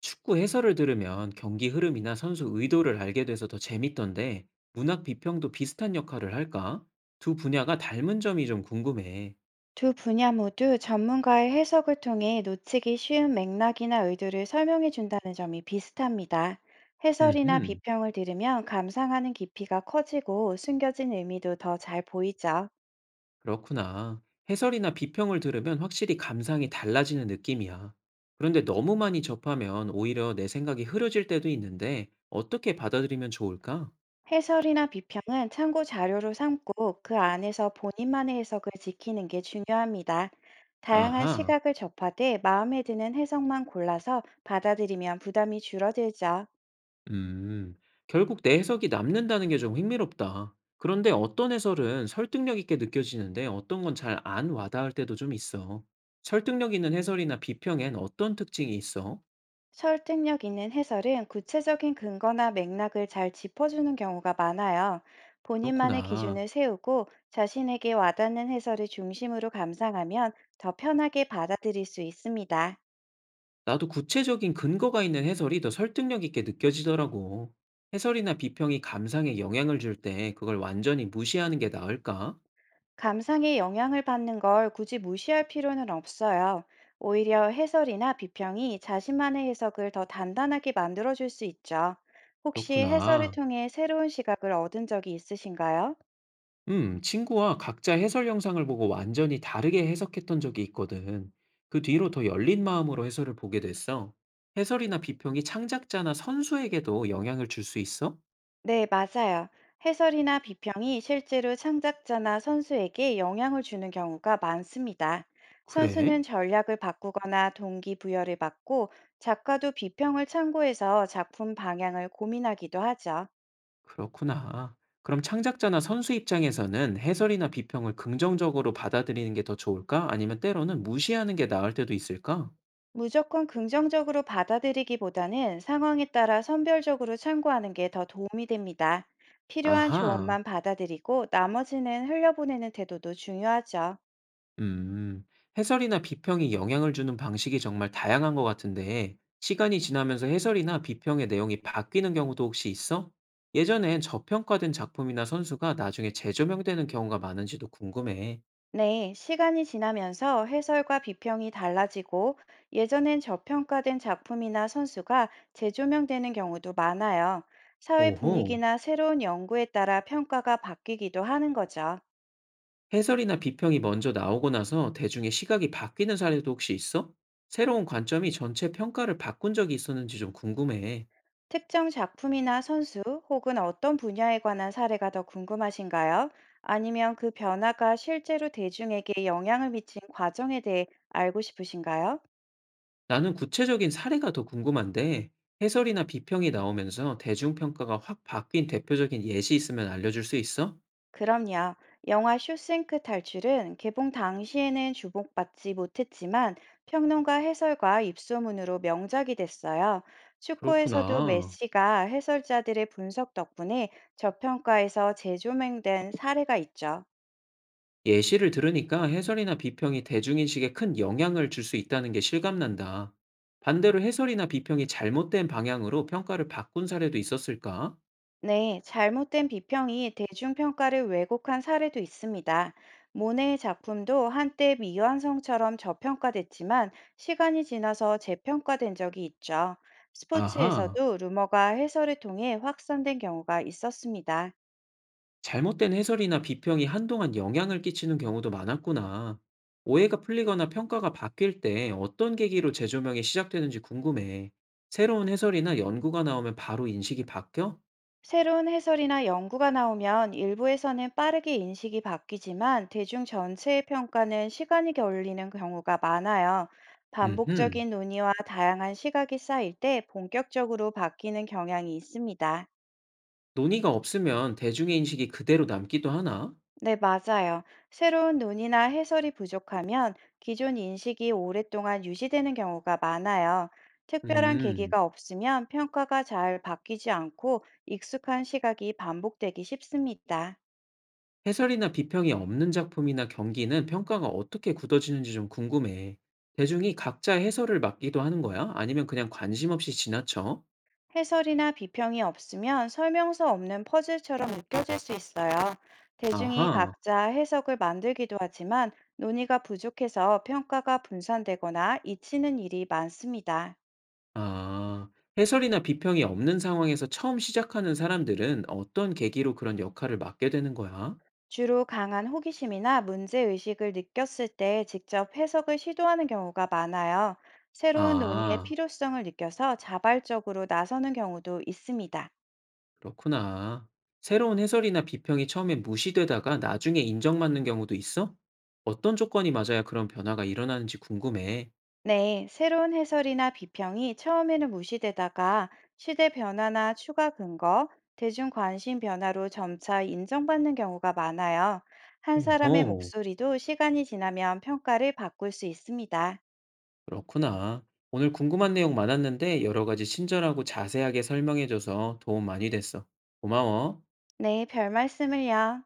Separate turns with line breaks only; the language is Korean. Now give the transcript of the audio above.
축구 해설을 들으면 경기 흐름이나 선수 의도를 알게 돼서 더 재밌던데 문학 비평도 비슷한 역할을 할까? 두 분야가 닮은 점이 좀 궁금해.
두 분야 모두 전문가의 해석을 통해 놓치기 쉬운 맥락이나 의도를 설명해 준다는 점이 비슷합니다. 해설이나
음흠,
비평을 들으면 감상하는 깊이가 커지고 숨겨진 의미도 더 잘 보이죠.
그렇구나. 해설이나 비평을 들으면 확실히 감상이 달라지는 느낌이야. 그런데 너무 많이 접하면 오히려 내 생각이 흐려질 때도 있는데 어떻게 받아들이면 좋을까?
해설이나 비평은 참고 자료로 삼고 그 안에서 본인만의 해석을 지키는 게 중요합니다. 다양한
아하.
시각을 접하되 마음에 드는 해석만 골라서 받아들이면 부담이 줄어들죠.
음, 결국 내 해석이 남는다는 게 좀 흥미롭다. 그런데 어떤 해설은 설득력 있게 느껴지는데 어떤 건 잘 안 와닿을 때도 좀 있어. 설득력 있는 해설이나 비평엔 어떤 특징이 있어?
설득력 있는 해설은 구체적인 근거나 맥락을 잘 짚어주는 경우가 많아요. 본인만의
그렇구나.
기준을 세우고 자신에게 와닿는 해설을 중심으로 감상하면 더 편하게 받아들일 수 있습니다.
나도 구체적인 근거가 있는 해설이 더 설득력 있게 느껴지더라고. 해설이나 비평이 감상에 영향을 줄 때 그걸 완전히 무시하는 게 나을까?
감상에 영향을 받는 걸 굳이 무시할 필요는 없어요. 오히려 해설이나 비평이 자신만의 해석을 더 단단하게 만들어줄 수 있죠. 혹시 해설을
그렇구나.
통해 새로운 시각을 얻은 적이 있으신가요?
친구와 각자 해설 영상을 보고 완전히 다르게 해석했던 적이 있거든. 그 뒤로 더 열린 마음으로 해설을 보게 됐어. 해설이나 비평이 창작자나 선수에게도 영향을 줄 수 있어?
네, 맞아요. 해설이나 비평이 실제로 창작자나 선수에게 영향을 주는 경우가 많습니다.
그래?
선수는 전략을 바꾸거나 동기부여를 받고 작가도 비평을 참고해서 작품 방향을 고민하기도 하죠.
그렇구나. 그럼 창작자나 선수 입장에서는 해설이나 비평을 긍정적으로 받아들이는 게 더 좋을까? 아니면 때로는 무시하는 게 나을 때도 있을까?
무조건 긍정적으로 받아들이기보다는 상황에 따라 선별적으로 참고하는 게 더 도움이 됩니다. 필요한
아하.
조언만 받아들이고 나머지는 흘려보내는 태도도 중요하죠.
음, 해설이나 비평이 영향을 주는 방식이 정말 다양한 것 같은데, 시간이 지나면서 해설이나 비평의 내용이 바뀌는 경우도 혹시 있어? 예전엔 저평가된 작품이나 선수가 나중에 재조명되는 경우가 많은지도 궁금해.
네, 시간이 지나면서 해설과 비평이 달라지고 예전엔 저평가된 작품이나 선수가 재조명되는 경우도 많아요. 사회
오호,
분위기나 새로운 연구에 따라 평가가 바뀌기도 하는 거죠.
해설이나 비평이 먼저 나오고 나서 대중의 시각이 바뀌는 사례도 혹시 있어? 새로운 관점이 전체 평가를 바꾼 적이 있었는지 좀 궁금해.
특정 작품이나 선수 혹은 어떤 분야에 관한 사례가 더 궁금하신가요? 아니면 그 변화가 실제로 대중에게 영향을 미친 과정에 대해 알고 싶으신가요?
나는 구체적인 사례가 더 궁금한데, 해설이나 비평이 나오면서 대중평가가 확 바뀐 대표적인 예시 있으면 알려줄 수 있어?
그럼요. 영화 쇼생크 탈출은 개봉 당시에는 주목받지 못했지만 평론가 해설과 입소문으로 명작이 됐어요. 축구에서도
그렇구나.
메시가 해설자들의 분석 덕분에 저평가에서 재조명된 사례가 있죠.
예시를 들으니까 해설이나 비평이 대중인식에 큰 영향을 줄 수 있다는 게 실감난다. 반대로 해설이나 비평이 잘못된 방향으로 평가를 바꾼 사례도 있었을까?
네, 잘못된 비평이 대중평가를 왜곡한 사례도 있습니다. 모네의 작품도 한때 미완성처럼 저평가됐지만 시간이 지나서 재평가된 적이 있죠.
아하.
스포츠에서도 루머가 해설을 통해 확산된 경우가 있었습니다.
잘못된 해설이나 비평이 한동안 영향을 끼치는 경우도 많았구나. 오해가 풀리거나 평가가 바뀔 때 어떤 계기로 재조명이 시작되는지 궁금해. 새로운 해설이나 연구가 나오면 바로 인식이 바뀌어?
새로운 해설이나 연구가 나오면 일부에서는 빠르게 인식이 바뀌지만 대중 전체의 평가는 시간이 걸리는 경우가 많아요.
음흠.
반복적인 논의와 다양한 시각이 쌓일 때 본격적으로 바뀌는 경향이 있습니다.
논의가 없으면 대중의 인식이 그대로 남기도 하나?
네, 맞아요. 새로운 논의나 해설이 부족하면 기존 인식이 오랫동안 유지되는 경우가 많아요. 특별한
음.
계기가 없으면 평가가 잘 바뀌지 않고 익숙한 시각이 반복되기 쉽습니다.
해설이나 비평이 없는 작품이나 경기는 평가가 어떻게 굳어지는지 좀 궁금해. 대중이 각자 해설을 맡기도 하는 거야? 아니면 그냥 관심 없이 지나쳐?
해설이나 비평이 없으면 설명서 없는 퍼즐처럼 느껴질 수 있어요. 대중이
아하.
각자 해석을 만들기도 하지만 논의가 부족해서 평가가 분산되거나 잊히는 일이 많습니다.
아. 해설이나 비평이 없는 상황에서 처음 시작하는 사람들은 어떤 계기로 그런 역할을 맡게 되는 거야?
주로 강한 호기심이나 문제의식을 느꼈을 때 직접 해석을 시도하는 경우가 많아요. 새로운 논의의
아,
필요성을 느껴서 자발적으로 나서는 경우도 있습니다.
그렇구나. 새로운 해설이나 비평이 처음엔 무시되다가 나중에 인정받는 경우도 있어? 어떤 조건이 맞아야 그런 변화가 일어나는지 궁금해.
네, 새로운 해설이나 비평이 처음에는 무시되다가 시대 변화나 추가 근거, 대중 관심 변화로 점차 인정받는 경우가 많아요. 한 사람의
오호,
목소리도 시간이 지나면 평가를 바꿀 수 있습니다.
그렇구나. 오늘 궁금한 내용 많았는데 여러 가지 친절하고 자세하게 설명해줘서 도움 많이 됐어. 고마워.
네, 별 말씀을요.